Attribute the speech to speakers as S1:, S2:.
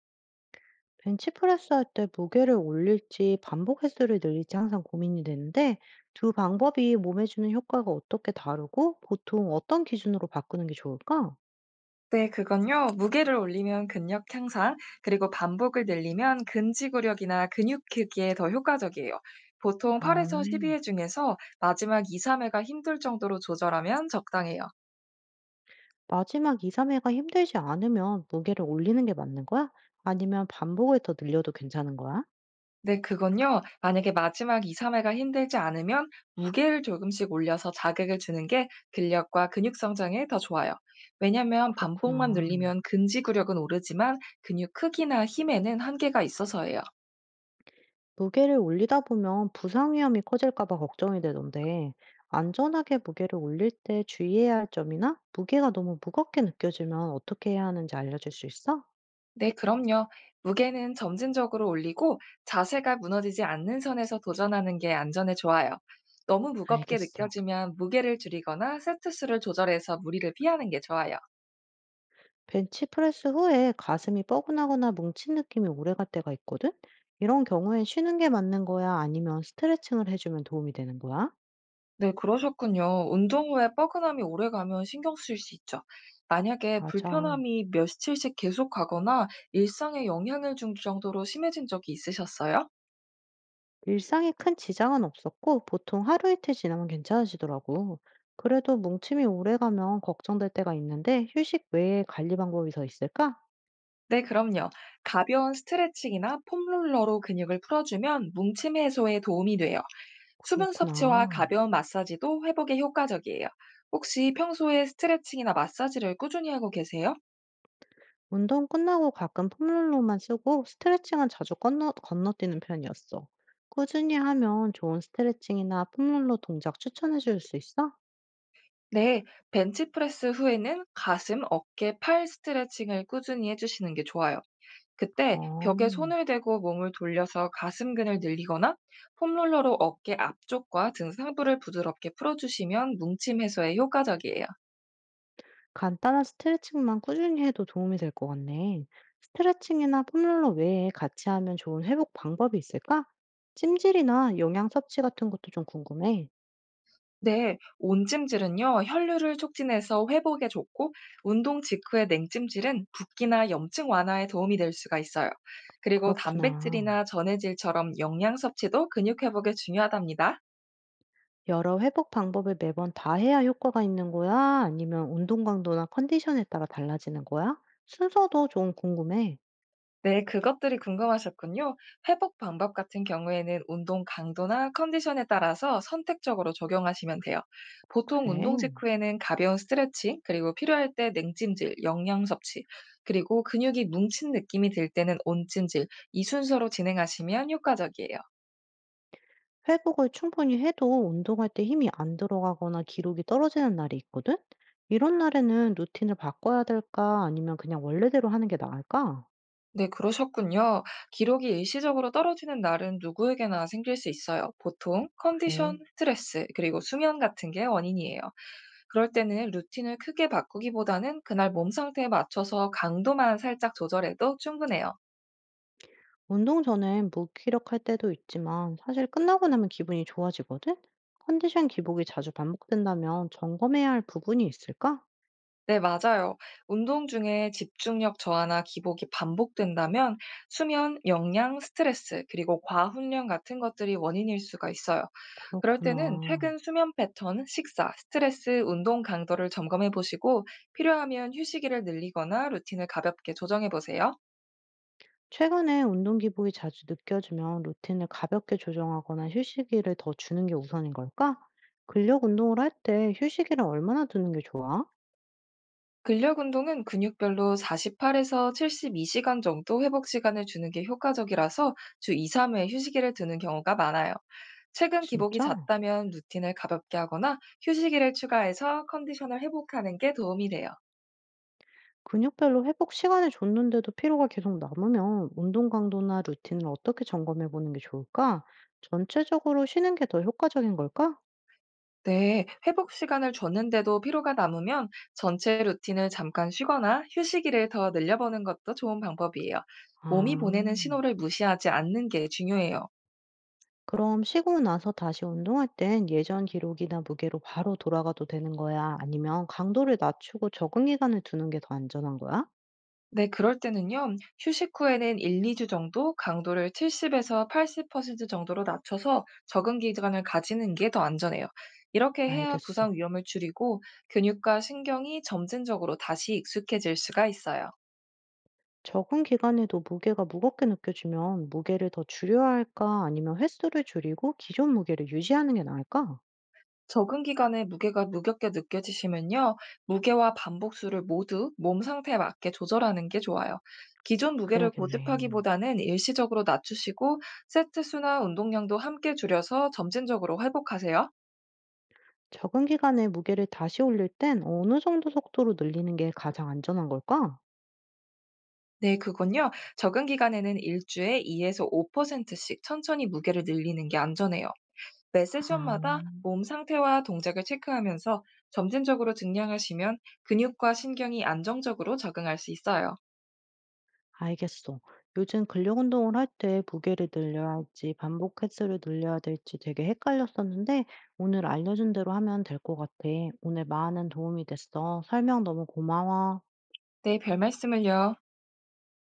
S1: 벤치프레스 할 때 무게를 올릴지 반복 횟수를 늘릴지 항상 고민이 되는데 두 방법이 몸에 주는 효과가 어떻게 다르고 보통 어떤 기준으로 바꾸는 게 좋을까?
S2: 네, 그건요. 무게를 올리면 근력 향상, 그리고 반복을 늘리면 근지구력이나 근육 크기에 더 효과적이에요. 보통
S1: 아,
S2: 8에서 12회 중에서 마지막 2, 3회가 힘들 정도로 조절하면 적당해요.
S1: 마지막 2, 3회가 힘들지 않으면 무게를 올리는 게 맞는 거야? 아니면 반복을 더 늘려도 괜찮은 거야?
S2: 네, 그건요. 만약에 마지막 2, 3회가 힘들지 않으면 무게를 조금씩 올려서 자극을 주는 게 근력과 근육 성장에 더 좋아요. 왜냐면 반복만
S1: 그렇구나.
S2: 늘리면 근지구력은 오르지만 근육 크기나 힘에는 한계가 있어서예요.
S1: 무게를 올리다 보면 부상 위험이 커질까 봐 걱정이 되던데 안전하게 무게를 올릴 때 주의해야 할 점이나 무게가 너무 무겁게 느껴지면 어떻게 해야 하는지 알려줄 수 있어?
S2: 네, 그럼요. 무게는 점진적으로 올리고 자세가 무너지지 않는 선에서 도전하는 게 안전에 좋아요. 너무 무겁게
S1: 알겠어.
S2: 느껴지면 무게를 줄이거나 세트 수를 조절해서 무리를 피하는 게 좋아요.
S1: 벤치프레스 후에 가슴이 뻐근하거나 뭉친 느낌이 오래갈 때가 있거든? 이런 경우엔 쉬는 게 맞는 거야? 아니면 스트레칭을 해주면 도움이 되는 거야?
S2: 네, 그러셨군요. 운동 후에 뻐근함이 오래 가면 신경 쓰일 수 있죠. 만약에
S1: 맞아.
S2: 불편함이 며칠씩 계속하거나 일상에 영향을 준 정도로 심해진 적이 있으셨어요?
S1: 일상에 큰 지장은 없었고, 보통 하루 이틀 지나면 괜찮아지더라고. 그래도 뭉침이 오래가면 걱정될 때가 있는데, 휴식 외에 관리 방법이 더 있을까?
S2: 네, 그럼요. 가벼운 스트레칭이나 폼롤러로 근육을 풀어주면 뭉침 해소에 도움이 돼요. 수분 섭취와
S1: 그렇구나.
S2: 가벼운 마사지도 회복에 효과적이에요. 혹시 평소에 스트레칭이나 마사지를 꾸준히 하고 계세요?
S1: 운동 끝나고 가끔 폼롤러만 쓰고 스트레칭은 자주 건너뛰는 편이었어. 꾸준히 하면 좋은 스트레칭이나 폼롤러 동작 추천해 줄 수 있어?
S2: 네, 벤치프레스 후에는 가슴, 어깨, 팔 스트레칭을 꾸준히 해주시는 게 좋아요. 그때
S1: 어,
S2: 벽에 손을 대고 몸을 돌려서 가슴근을 늘리거나 폼롤러로 어깨 앞쪽과 등 상부를 부드럽게 풀어주시면 뭉침 해소에 효과적이에요.
S1: 간단한 스트레칭만 꾸준히 해도 도움이 될 것 같네. 스트레칭이나 폼롤러 외에 같이 하면 좋은 회복 방법이 있을까? 찜질이나 영양 섭취 같은 것도 좀 궁금해.
S2: 네, 온찜질은요, 혈류를 촉진해서 회복에 좋고, 운동 직후의 냉찜질은 붓기나 염증 완화에 도움이 될 수가 있어요. 그리고
S1: 그렇구나.
S2: 단백질이나 전해질처럼 영양 섭취도 근육 회복에 중요하답니다.
S1: 여러 회복 방법을 매번 다 해야 효과가 있는 거야? 아니면 운동 강도나 컨디션에 따라 달라지는 거야? 순서도 좀 궁금해.
S2: 네, 그것들이 궁금하셨군요. 회복 방법 같은 경우에는 운동 강도나 컨디션에 따라서 선택적으로 적용하시면 돼요. 보통 운동
S1: 그래.
S2: 직후에는 가벼운 스트레칭, 그리고 필요할 때 냉찜질, 영양 섭취, 그리고 근육이 뭉친 느낌이 들 때는 온찜질, 이 순서로 진행하시면 효과적이에요.
S1: 회복을 충분히 해도 운동할 때 힘이 안 들어가거나 기록이 떨어지는 날이 있거든? 이런 날에는 루틴을 바꿔야 될까? 아니면 그냥 원래대로 하는 게 나을까?
S2: 네, 그러셨군요. 기록이 일시적으로 떨어지는 날은 누구에게나 생길 수 있어요. 보통 컨디션,
S1: 그래.
S2: 스트레스, 그리고 수면 같은 게 원인이에요. 그럴 때는 루틴을 크게 바꾸기보다는 그날 몸 상태에 맞춰서 강도만 살짝 조절해도 충분해요.
S1: 운동 전엔 무기력할 때도 있지만 사실 끝나고 나면 기분이 좋아지거든? 컨디션 기복이 자주 반복된다면 점검해야 할 부분이 있을까?
S2: 네, 맞아요. 운동 중에 집중력 저하나 기복이 반복된다면 수면, 영양, 스트레스, 그리고 과훈련 같은 것들이 원인일 수가 있어요. 그럴 때는
S1: 그렇구나.
S2: 최근 수면 패턴, 식사, 스트레스, 운동 강도를 점검해 보시고 필요하면 휴식일을 늘리거나 루틴을 가볍게 조정해 보세요.
S1: 최근에 운동 기복이 자주 느껴지면 루틴을 가볍게 조정하거나 휴식일을 더 주는 게 우선인 걸까? 근력 운동을 할 때 휴식일을 얼마나 두는 게 좋아?
S2: 근력 운동은 근육별로 48에서 72시간 정도 회복 시간을 주는 게 효과적이라서 주 2, 3회 휴식일을 두는 경우가 많아요. 최근 기복이
S1: 진짜?
S2: 잦다면 루틴을 가볍게 하거나 휴식일을 추가해서 컨디션을 회복하는 게 도움이 돼요.
S1: 근육별로 회복 시간을 줬는데도 피로가 계속 남으면 운동 강도나 루틴을 어떻게 점검해 보는 게 좋을까? 전체적으로 쉬는 게 더 효과적인 걸까?
S2: 네, 회복 시간을 줬는데도 피로가 남으면 전체 루틴을 잠깐 쉬거나 휴식일을 더 늘려보는 것도 좋은 방법이에요.
S1: 아,
S2: 몸이 보내는 신호를 무시하지 않는 게 중요해요.
S1: 그럼 쉬고 나서 다시 운동할 땐 예전 기록이나 무게로 바로 돌아가도 되는 거야? 아니면 강도를 낮추고 적응 기간을 두는 게 더 안전한 거야?
S2: 네, 그럴 때는요, 휴식 후에는 1, 2주 정도 강도를 70에서 80% 정도로 낮춰서 적응 기간을 가지는 게 더 안전해요. 이렇게 해야
S1: 알겠어.
S2: 부상 위험을 줄이고 근육과 신경이 점진적으로 다시 익숙해질 수가 있어요.
S1: 적응 기간에도 무게가 무겁게 느껴지면 무게를 더 줄여야 할까? 아니면 횟수를 줄이고 기존 무게를 유지하는 게 나을까?
S2: 적응 기간에 무게가 무겁게 느껴지시면요, 무게와 반복수를 모두 몸 상태에 맞게 조절하는 게 좋아요. 기존 무게를
S1: 그래야겠네.
S2: 고집하기보다는 일시적으로 낮추시고 세트 수나 운동량도 함께 줄여서 점진적으로 회복하세요.
S1: 적응 기간에 무게를 다시 올릴 땐 어느 정도 속도로 늘리는 게 가장 안전한 걸까?
S2: 네, 그건요. 적응 기간에는 1주에 2에서 5%씩 천천히 무게를 늘리는 게 안전해요. 매
S1: 아,
S2: 세션마다 몸 상태와 동작을 체크하면서 점진적으로 증량하시면 근육과 신경이 안정적으로 적응할 수 있어요.
S1: 알겠어. 요즘 근력 운동을 할 때 무게를 늘려야 할지 반복 횟수를 늘려야 될지 되게 헷갈렸었는데 오늘 알려준 대로 하면 될 것 같아. 오늘 많은 도움이 됐어. 설명 너무 고마워.
S2: 네, 별 말씀을요.